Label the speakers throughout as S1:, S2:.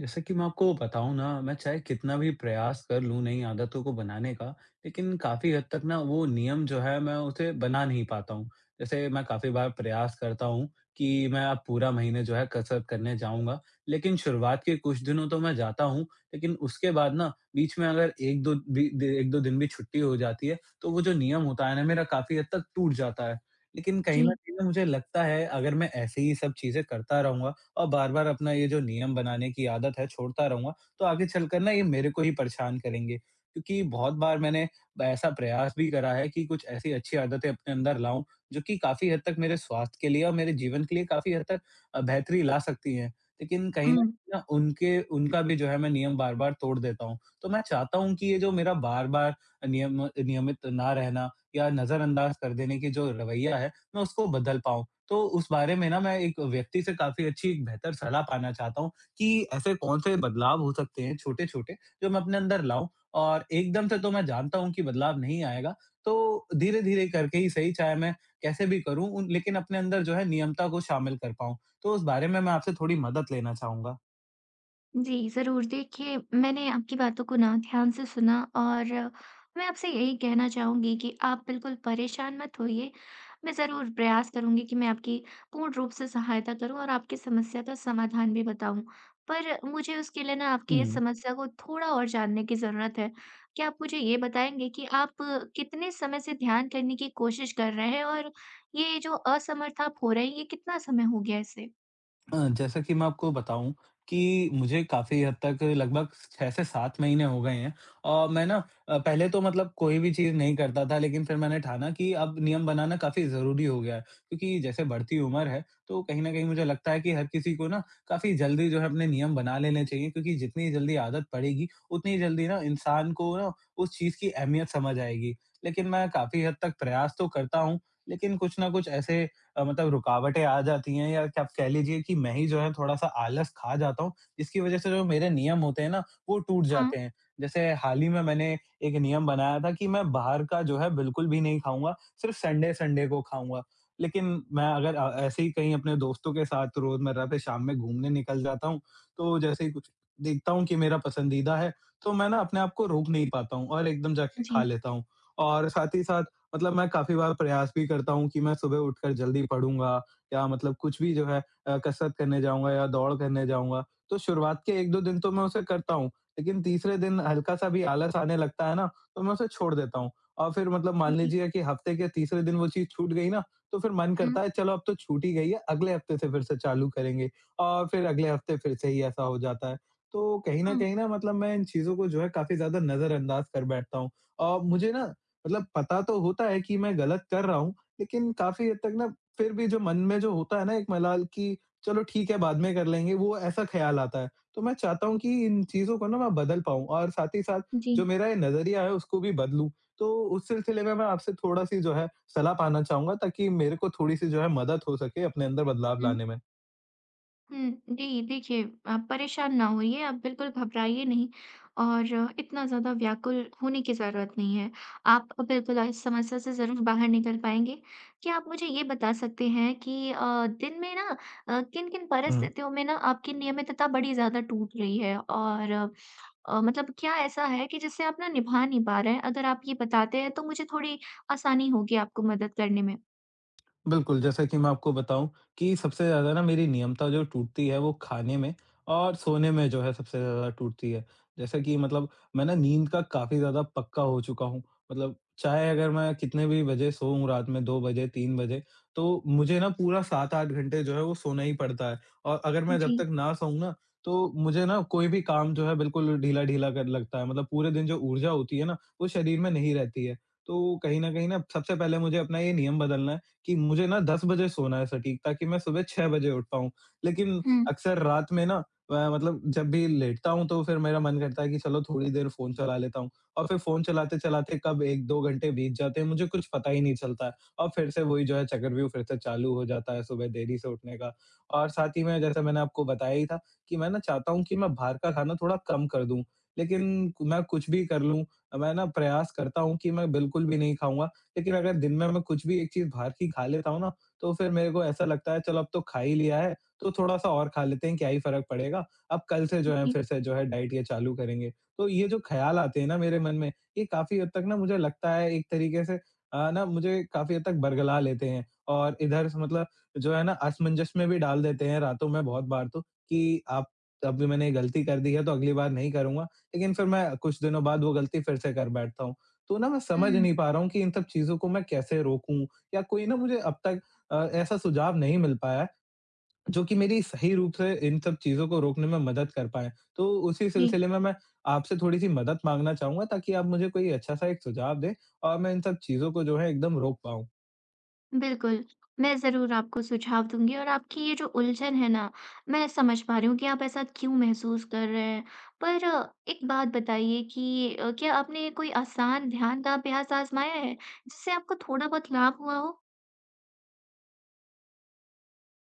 S1: जैसा कि मैं आपको बताऊँ ना, मैं चाहे कितना भी प्रयास कर लूँ नई आदतों को बनाने का, लेकिन काफ़ी हद तक ना वो नियम जो है मैं उसे बना नहीं पाता हूँ। जैसे मैं काफ़ी बार प्रयास करता हूँ कि मैं अब पूरा महीने जो है कसरत करने जाऊँगा, लेकिन शुरुआत के कुछ दिनों तो मैं जाता हूँ, लेकिन उसके बाद ना बीच में अगर 1-2 बी दे 1-2 दिन भी छुट्टी हो जाती है, तो वो जो नियम होता है ना मेरा काफ़ी हद तक टूट जाता है। लेकिन कहीं न
S2: जी,
S1: कहीं ना मुझे लगता है अगर मैं ऐसे ही सब चीज़ें करता रहूँगा और बार-बार अपना ये जो नियम बनाने की आदत है छोड़ता रहूँगा, तो आगे चलकर ना ये मेरे को ही परेशान करेंगे। क्योंकि बहुत बार मैंने ऐसा प्रयास भी करा है कि कुछ ऐसी अच्छी आदतें अपने अंदर लाऊँ, जो कि काफ़ी हद तक मेरे स्वास्थ्य के लिए और मेरे जीवन के लिए काफ़ी हद तक बेहतरी ला सकती हैं। लेकिन कहीं न
S2: हुँ।
S1: ना उनके उनका भी जो है मैं नियम बार-बार तोड़ देता हूँ। तो मैं चाहता हूँ कि ये जो मेरा बार-बार नियम नियमित ना रहना या नज़रअंदाज कर देने की जो रवैया है, मैं उसको बदल पाऊँ। तो उस बारे में ना मैं एक व्यक्ति से काफ़ी अच्छी एक बेहतर सलाह पाना चाहता हूँ कि ऐसे कौन से बदलाव हो सकते हैं छोटे-छोटे जो मैं अपने अंदर लाऊँ, और एकदम से तो मैं जानता हूँ कि बदलाव नहीं आएगा। तो धीरे-धीरे करके ही सही चाहे मैं कैसे भी करूँ उन लेकिन अपने अंदर जो है नियमता को शामिल कर पाऊँ। तो उस बारे में मैं आपसे थोड़ी मदद लेना चाहूँगा।
S2: जी, ज़रूर। देखिए, मैंने आपकी बातों को ना ध्यान से सुना और मैं आपसे यही कहना चाहूँगी कि आप बिल्कुल परेशान मत होइए। मैं ज़रूर प्रयास करूँगी कि मैं आपकी पूर्ण रूप से सहायता करूँ और आपकी समस्या का समाधान भी बताऊँ। पर मुझे उसके लिए ना आपकी इस
S1: हुँ।
S2: समस्या को थोड़ा और जानने की ज़रूरत है। क्या आप मुझे ये बताएँगे कि आप कितने समय से ध्यान करने की कोशिश कर रहे हैं और ये जो असमर्थ आप हो रहे हैं, ये कितना समय हो गया इसे?
S1: जैसा कि मैं आपको बताऊँ कि मुझे काफ़ी हद तक लगभग 6 से 7 महीने हो गए हैं, और मैं ना पहले तो मतलब कोई भी चीज़ नहीं करता था, लेकिन फिर मैंने ठाना कि अब नियम बनाना काफ़ी ज़रूरी हो गया है। क्योंकि जैसे बढ़ती उम्र है, तो कहीं न कहीं मुझे लगता है कि हर किसी को ना काफ़ी जल्दी जो है अपने नियम बना लेने चाहिए, क्योंकि जितनी जल्दी आदत पड़ेगी, उतनी जल्दी ना इंसान को ना उस चीज़ की अहमियत समझ आएगी। लेकिन मैं काफ़ी हद तक प्रयास तो करता हूँ, लेकिन कुछ न कुछ ऐसे मतलब रुकावटें आ जाती हैं, या क आप कह लीजिए कि मैं ही जो है थोड़ा-सा आलस खा जाता हूँ, जिसकी वजह से जो मेरे नियम होते हैं ना, वो टूट
S2: हाँ,
S1: जाते हैं। जैसे हाल ही में मैंने एक नियम बनाया था कि मैं बाहर का जो है बिल्कुल भी नहीं खाऊँगा, सिर्फ़ संडे-संडे को खाऊँगा। लेकिन मैं अगर ऐसे ही कहीं अपने दोस्तों के साथ रोज़मर्रा पे शाम में घूमने निकल जाता हूँ, तो जैसे ही कुछ देखता हूँ कि मेरा पसंदीदा है, तो मैं ना अपने आप को रोक नहीं पाता हूँ, और एकदम जाके खा
S2: जी,
S1: लेता हूँ। और साथ ही साथ मतलब मैं काफ़ी बार प्रयास भी करता हूँ कि मैं सुबह उठकर जल्दी पढ़ूँगा या मतलब कुछ भी जो है कसरत करने जाऊँगा या दौड़ करने जाऊँगा। तो शुरुआत के 1-2 दिन तो मैं उसे करता हूँ, लेकिन तीसरे दिन हल्का-सा भी आलस आने लगता है ना, तो मैं उसे छोड़ देता हूँ। और फिर मतलब मान
S2: जी।
S1: लीजिए कि हफ्ते के तीसरे दिन वो चीज़ छूट गई ना, तो फिर मन
S2: हुँ।
S1: करता है चलो अब तो छूट ही गई है, अगले हफ्ते से फिर से चालू करेंगे, और फिर अगले हफ्ते फिर से ही ऐसा हो जाता है। तो कहीं न
S2: हाँ,
S1: कहीं ना मतलब मैं इन चीज़ों को जो है काफ़ी ज़्यादा नज़रअंदाज कर बैठता हूँ। और मुझे ना मतलब पता तो होता है कि मैं गलत कर रहा हूँ, लेकिन काफ़ी हद तक ना फिर भी जो मन में जो होता है ना एक मलाल कि चलो ठीक है बाद में कर लेंगे, वो ऐसा ख़्याल आता है। तो मैं चाहता हूँ कि इन चीज़ों को ना मैं बदल पाऊँ, और साथ ही साथ
S2: जी।
S1: जो मेरा ये नज़रिया है उसको भी बदलूँ। तो उस सिलसिले में मैं आपसे थोड़ा-सी जो है सलाह पाना चाहूँगा, ताकि मेरे को थोड़ी-सी जो है मदद हो सके अपने अंदर बदलाव
S2: हुँ,
S1: लाने
S2: हुँ। जी, देखिए, आप परेशान ना होइए, आप बिल्कुल घबराइए नहीं और इतना ज़्यादा व्याकुल होने की ज़रूरत नहीं है। आप बिल्कुल इस समस्या से ज़रूर बाहर निकल पाएँगे। क्या आप मुझे ये बता सकते हैं कि दिन में ना किन-किन
S1: में।
S2: परिस्थितियों में ना आपकी नियमितता बड़ी ज़्यादा टूट रही है? और मतलब क्या ऐसा है कि जिससे आप ना निभा नहीं पा रहे हैं? अगर आप ये बताते हैं तो मुझे थोड़ी आसानी होगी आपको मदद करने में।
S1: बिल्कुल, जैसा कि मैं आपको बताऊँ कि सबसे ज़्यादा ना मेरी नियमता जो टूटती है वो खाने में और सोने में जो है सबसे ज़्यादा टूटती है। जैसा कि मतलब मैं ना नींद का काफ़ी ज़्यादा पक्का हो चुका हूँ। मतलब चाहे अगर मैं कितने भी बजे सोऊँ, रात में 2 बजे, 3 बजे, तो मुझे ना पूरा 7-8 घंटे जो है वो सोना ही पड़ता है। और अगर मैं जब
S2: जी।
S1: तक ना सोऊँ ना, तो मुझे ना कोई भी काम जो है बिल्कुल ढीला-ढीला कर लगता है। मतलब पूरे दिन जो ऊर्जा होती है ना वो शरीर में नहीं रहती है। तो कहीं न कहीं ना सबसे पहले मुझे अपना ये नियम बदलना है कि मुझे ना 10 बजे सोना है सटीक, ताकि मैं सुबह 6 बजे उठ पाऊँ। लेकिन
S2: हुँ,
S1: अक्सर रात में ना मतलब जब भी लेटता हूँ तो फिर मेरा मन करता है कि चलो थोड़ी देर फ़ोन चला लेता हूँ, और फिर फ़ोन चलाते-चलाते कब 1-2 घंटे बीत जाते हैं मुझे कुछ पता ही नहीं चलता है, और फिर से वही जो है चक्रव्यूह फिर से चालू हो जाता है सुबह देरी से उठने का। और साथ ही में जैसे मैंने आपको बताया ही था कि मैं ना चाहता हूँ कि मैं बाहर का खाना थोड़ा कम कर दूँ। लेकिन मैं कुछ भी कर लूँ, मैं ना प्रयास करता हूँ कि मैं बिल्कुल भी नहीं खाऊँगा, लेकिन अगर दिन में मैं कुछ भी एक चीज़ बाहर की खा लेता हूँ ना, तो फिर मेरे को ऐसा लगता है चलो अब तो खा ही लिया है, तो थोड़ा-सा और खा लेते हैं, क्या ही फ़र्क पड़ेगा। अब कल से जो है
S2: जी।
S1: फिर से जो है डाइट ये चालू करेंगे। तो ये जो ख़्याल आते हैं ना मेरे मन में, ये काफ़ी हद तक ना मुझे लगता है एक तरीके से ना मुझे काफ़ी हद तक बरगला लेते हैं, और इधर से मतलब जो है ना असमंजस में भी डाल देते हैं रातों में बहुत बार, तो कि आप अभी मैंने ये गलती कर दी है तो अगली बार नहीं करूँगा। लेकिन फिर मैं कुछ दिनों बाद वो गलती फिर से कर बैठता हूँ। तो ना मैं समझ
S2: हुँ,
S1: नहीं पा रहा हूँ कि इन सब चीज़ों को मैं कैसे रोकूँ? या कोई ना मुझे अब तक अ, ऐसा सुझाव नहीं मिल पाया है, जो कि मेरी सही रूप से इन सब चीज़ों को रोकने में मदद कर पाए। तो उसी
S2: जी।
S1: सिलसिले में मैं आपसे थोड़ी-सी मदद माँगना चाहूँगा, ताकि आप मुझे कोई अच्छा-सा एक सुझाव दें, और मैं इन सब चीज़ों को जो है एकदम रोक पाऊँ।
S2: बिल्कुल, मैं ज़रूर आपको सुझाव दूँगी और आपकी ये जो उलझन है ना, मैं समझ पा रही हूँ कि आप ऐसा क्यों महसूस कर रहे हैं। पर एक बात बताइए कि क्या आपने कोई आसान ध्यान का अभ्यास आज़माया है, जिससे आपको थोड़ा बहुत लाभ हुआ हो?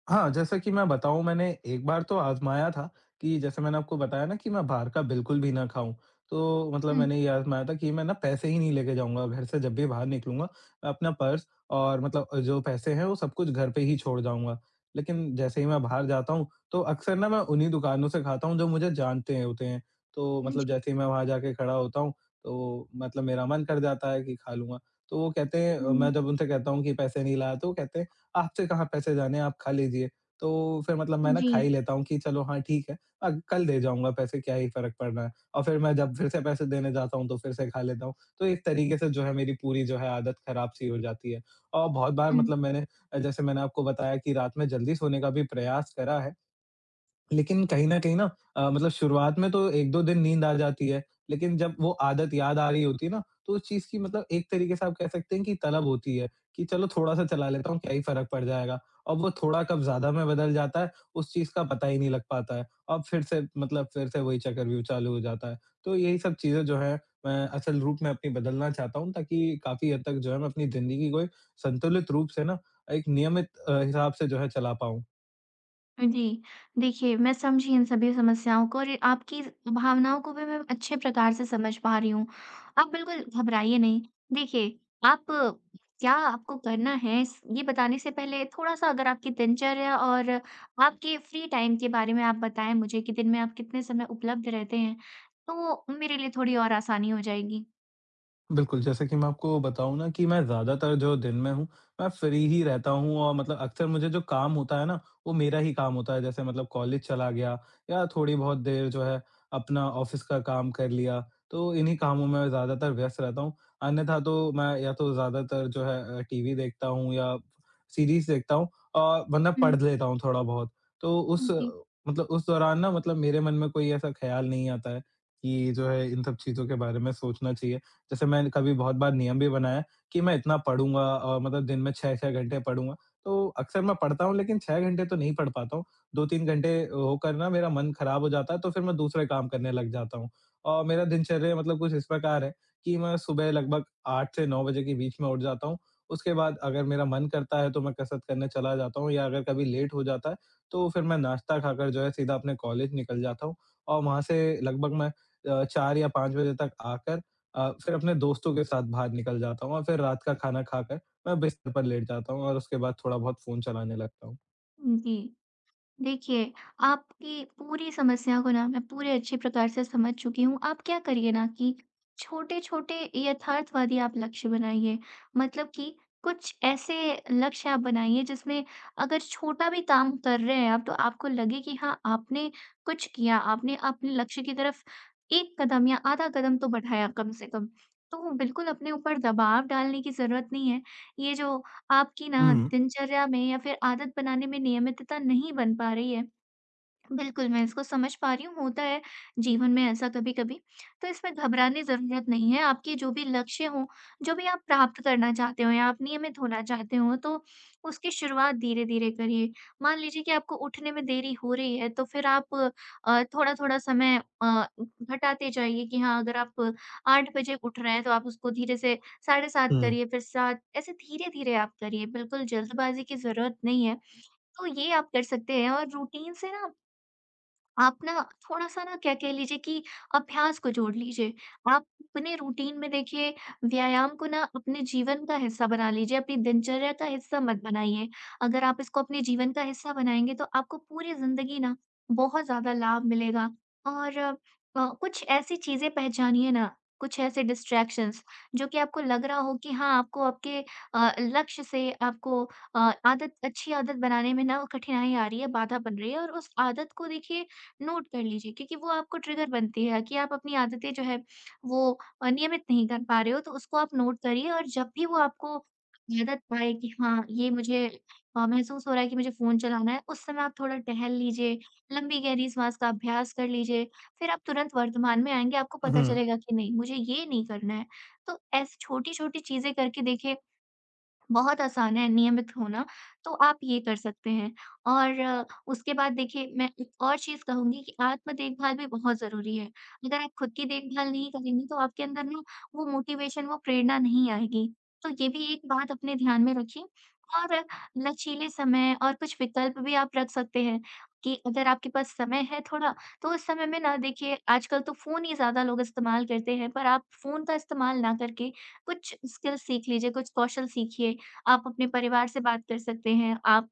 S1: हाँ, जैसा कि मैं बताऊँ मैंने एक बार तो आज़माया था, कि जैसे मैंने आपको बताया ना कि मैं बाहर का बिल्कुल भी ना खाऊँ। तो मतलब
S2: हुँ।
S1: मैंने ये आज़माया था कि मैं ना पैसे ही नहीं लेके जाऊँगा घर से जब भी बाहर निकलूँगा, अपना पर्स और मतलब जो पैसे हैं वो सब कुछ घर पे ही छोड़ जाऊँगा। लेकिन जैसे ही मैं बाहर जाता हूँ, तो अक्सर ना मैं उन्हीं दुकानों से खाता हूँ जो मुझे जानते हैं होते हैं। तो मतलब
S2: जी।
S1: जैसे ही मैं वहाँ जाके खड़ा होता हूँ, तो मतलब मेरा मन कर जाता है कि खा लूँगा। तो वो कहते हैं
S2: हुँ,
S1: मैं जब उनसे कहता हूँ कि पैसे नहीं लाया, तो वो कहते हैं आपसे कहाँ पैसे जाने हैं, आप खा लीजिए। तो फिर मतलब मैं ना
S2: जी।
S1: खा ही लेता हूँ कि चलो हाँ ठीक है, कल दे जाऊँगा पैसे क्या ही फ़र्क पड़ रहा है। और फिर मैं जब फिर से पैसे देने जाता हूँ तो फिर से खा लेता हूँ। तो इस तरीके से जो है मेरी पूरी जो है आदत खराब सी हो जाती है। और बहुत बार
S2: हुँ।
S1: मतलब मैंने जैसे मैंने आपको बताया कि रात में जल्दी सोने का भी प्रयास करा है। लेकिन कहीं न कहीं ना मतलब शुरुआत में तो 1-2 दिन नींद आ जाती है, लेकिन जब वो आदत याद आ रही होती है ना, तो उस चीज़ की मतलब एक तरीके से आप कह सकते हैं कि तलब होती है, कि चलो थोड़ा-सा चला लेता हूँ, क्या ही फ़र्क पड़ जाएगा। और वो थोड़ा कब ज़्यादा में बदल जाता है, उस चीज़ का पता ही नहीं लग पाता है। और फिर से मतलब फिर से वही चक्रव्यूह चालू हो जाता है। तो यही सब चीज़ें जो हैं, मैं असल रूप में अपनी बदलना चाहता हूँ, ताकि काफ़ी हद तक जो है मैं अपनी ज़िंदगी को एक संतुलित रूप से ना, एक नियमित हिसाब से जो है चला पाऊँ।
S2: जी, देखिए, मैं समझी इन सभी समस्याओं को और ये आपकी भावनाओं को भी मैं अच्छे प्रकार से समझ पा रही हूँ। आप बिल्कुल घबराइए नहीं। देखिए, आप क्या आपको करना है इस ये बताने से पहले थोड़ा-सा अगर आपकी दिनचर्या और आपके फ्री टाइम के बारे में आप बताएँ मुझे कि दिन में आप कितने समय उपलब्ध रहते हैं, तो मेरे लिए थोड़ी और आसानी हो जाएगी।
S1: बिल्कुल, जैसे कि मैं आपको बताऊँ ना कि मैं ज़्यादातर जो दिन में हूँ, मैं फ्री ही रहता हूँ, और मतलब अक्सर मुझे जो काम होता है ना, वो मेरा ही काम होता है। जैसे मतलब कॉलेज चला गया या थोड़ी बहुत देर जो है अपना ऑफ़िस का काम कर लिया, तो इन्हीं कामों में ज़्यादातर व्यस्त रहता हूँ। अन्यथा तो मैं या तो ज़्यादातर जो है टीवी देखता हूँ या सीरीज़ देखता हूँ, और वरना पढ़
S2: हुँ,
S1: लेता हूँ थोड़ा बहुत। तो उस
S2: जी,
S1: मतलब उस दौरान ना मतलब मेरे मन में कोई ऐसा ख़्याल नहीं आता है कि जो है इन सब चीज़ों के बारे में सोचना चाहिए। जैसे मैंने कभी बहुत बार नियम भी बनाया कि मैं इतना पढ़ूँगा मतलब दिन में 6-6 घंटे पढ़ूँगा। तो अक्सर मैं पढ़ता हूँ लेकिन 6 घंटे तो नहीं पढ़ पाता हूँ। 2-3 घंटे होकर ना मेरा मन खराब हो जाता है, तो फिर मैं दूसरे काम करने लग जाता हूँ। और मेरा दिनचर्या मतलब कुछ इस प्रकार है कि मैं सुबह लगभग 8 से 9 बजे के बीच में उठ जाता हूँ। उसके बाद अगर मेरा मन करता है तो मैं कसरत करने चला जाता हूँ, या अगर कभी लेट हो जाता है तो फिर मैं नाश्ता खाकर जो है सीधा अपने कॉलेज निकल जाता हूँ। और वहाँ से लगभग मैं 4 या 5 बजे तक आकर फिर अपने दोस्तों के साथ बाहर निकल जाता हूँ, और फिर रात का खाना खाकर मैं बिस्तर पर लेट जाता हूँ, और उसके बाद थोड़ा बहुत फ़ोन चलाने लगता हूँ।
S2: जी। देखिए, आपकी पूरी समस्या को ना मैं पूरे अच्छे प्रकार से समझ चुकी हूँ। आप क्या करिए ना कि छोटे-छोटे यथार्थवादी आप लक्ष्य बनाइए। मतलब कि कुछ ऐसे लक्ष्य आप बनाइए जिसमें अगर छोटा भी काम कर रहे हैं आप तो आपको लगे कि हाँ, आपने कुछ किया, आपने अपने लक्ष्य की तरफ 1 कदम या आधा कदम तो बढ़ाया कम से कम। तो बिल्कुल अपने ऊपर दबाव डालने की ज़रूरत नहीं है। ये जो आपकी ना
S1: हुँ,
S2: दिनचर्या में या फिर आदत बनाने में नियमितता नहीं बन पा रही है, बिल्कुल, मैं इसको समझ पा रही हूँ, होता है जीवन में ऐसा कभी-कभी। तो इसमें घबराने ज़रूरत नहीं है, आपके जो भी लक्ष्य हों, जो भी आप प्राप्त करना चाहते हो या आप नियमित होना चाहते हो, तो उसकी शुरुआत धीरे-धीरे करिए। मान लीजिए कि आपको उठने में देरी हो रही है, तो फिर आप थोड़ा-थोड़ा समय अ, घटाते जाइए कि हाँ, अगर आप 8 बजे उठ रहे हैं, तो आप उसको धीरे से 7:30
S1: हुँ,
S2: करिए, फिर 7, ऐसे धीरे-धीरे आप करिए। बिल्कुल जल्दबाज़ी की ज़रूरत नहीं है, तो ये आप कर सकते हैं और रूटीन से ना आप ना थोड़ा-सा ना क्या कह लीजिए कि अभ्यास को जोड़ लीजिए। आप अपने रूटीन में देखिए व्यायाम को ना अपने जीवन का हिस्सा बना लीजिए, अपनी दिनचर्या का हिस्सा मत बनाइए। अगर आप इसको अपने जीवन का हिस्सा बनाएँगे तो आपको पूरी ज़िंदगी ना बहुत ज़्यादा लाभ मिलेगा। और कुछ ऐसी चीज़ें पहचानिए ना, कुछ ऐसे डिस्ट्रैक्शंस जो कि आपको लग रहा हो कि हाँ, आपको आपके लक्ष्य से आपको अ, आदत अच्छी आदत बनाने में ना वो कठिनाई आ रही है, बाधा बन रही है और उस आदत को देखिए नोट कर लीजिए क्योंकि वो आपको ट्रिगर बनती है कि आप अपनी आदतें जो है वो नियमित नहीं कर पा रहे हो तो उसको आप नोट करिए और जब भी वो आपको आदत पाए कि हाँ ये मुझे महसूस हो रहा है कि मुझे फोन चलाना है उस समय आप थोड़ा टहल लीजिए लंबी गहरी सांस का अभ्यास कर लीजिए फिर आप तुरंत वर्तमान में आएंगे आपको पता
S1: हुँ।
S2: चलेगा कि नहीं मुझे ये नहीं करना है। तो ऐसी छोटी छोटी चीजें करके देखिए बहुत आसान है नियमित होना, तो आप ये कर सकते हैं। और उसके बाद देखिए मैं एक और चीज़ कहूँगी कि आत्म देखभाल भी बहुत ज़रूरी है। अगर आप खुद की देखभाल नहीं करेंगे तो आपके अंदर ना वो मोटिवेशन, वो प्रेरणा नहीं आएगी। तो ये भी एक बात अपने ध्यान में रखिए और लचीले समय और कुछ विकल्प भी आप रख सकते हैं कि अगर आपके पास समय है थोड़ा, तो उस समय में ना देखिए आजकल तो फ़ोन ही ज़्यादा लोग इस्तेमाल करते हैं, पर आप फ़ोन का इस्तेमाल ना करके कुछ स्किल सीख लीजिए, कुछ कौशल सीखिए। आप अपने परिवार से बात कर सकते हैं, आप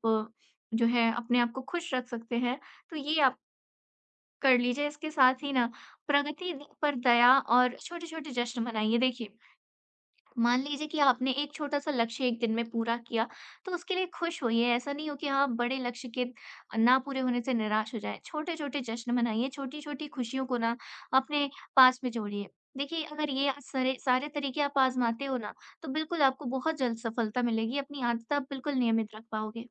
S2: जो है अपने आप को खुश रख सकते हैं, तो ये आप कर लीजिए। इसके साथ ही ना प्रगति द पर दया और छोटे-छोटे जश्न मनाइए। देखिए, मान लीजिए कि आपने एक छोटा-सा लक्ष्य 1 दिन में पूरा किया, तो उसके लिए खुश होइए। ऐसा नहीं हो कि आप बड़े लक्ष्य के ना पूरे होने से निराश हो जाएँ। छोटे-छोटे जश्न मनाइए, छोटी-छोटी खुशियों को ना अपने पास में जोड़िए। देखिए, अगर ये सारे सारे तरीके आप आज़माते हो ना, तो बिल्कुल आपको बहुत जल्द सफलता मिलेगी। अपनी आदत आप बिल्कुल नियमित रख पाओगे।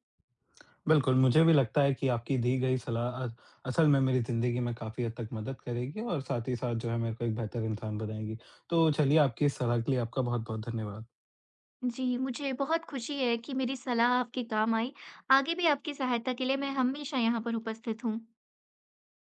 S1: बिल्कुल, मुझे भी लगता है कि आपकी दी गई सलाह असल में मेरी ज़िंदगी में काफ़ी हद तक मदद करेगी, और साथ ही साथ जो है मेरे को एक बेहतर इंसान बनाएगी। तो चलिए आपकी इस सलाह के लिए आपका बहुत-बहुत धन्यवाद।
S2: जी, मुझे बहुत खुशी है कि मेरी सलाह आपके काम आई। आगे भी आपकी सहायता के लिए मैं हमेशा यहाँ पर उपस्थित हूँ।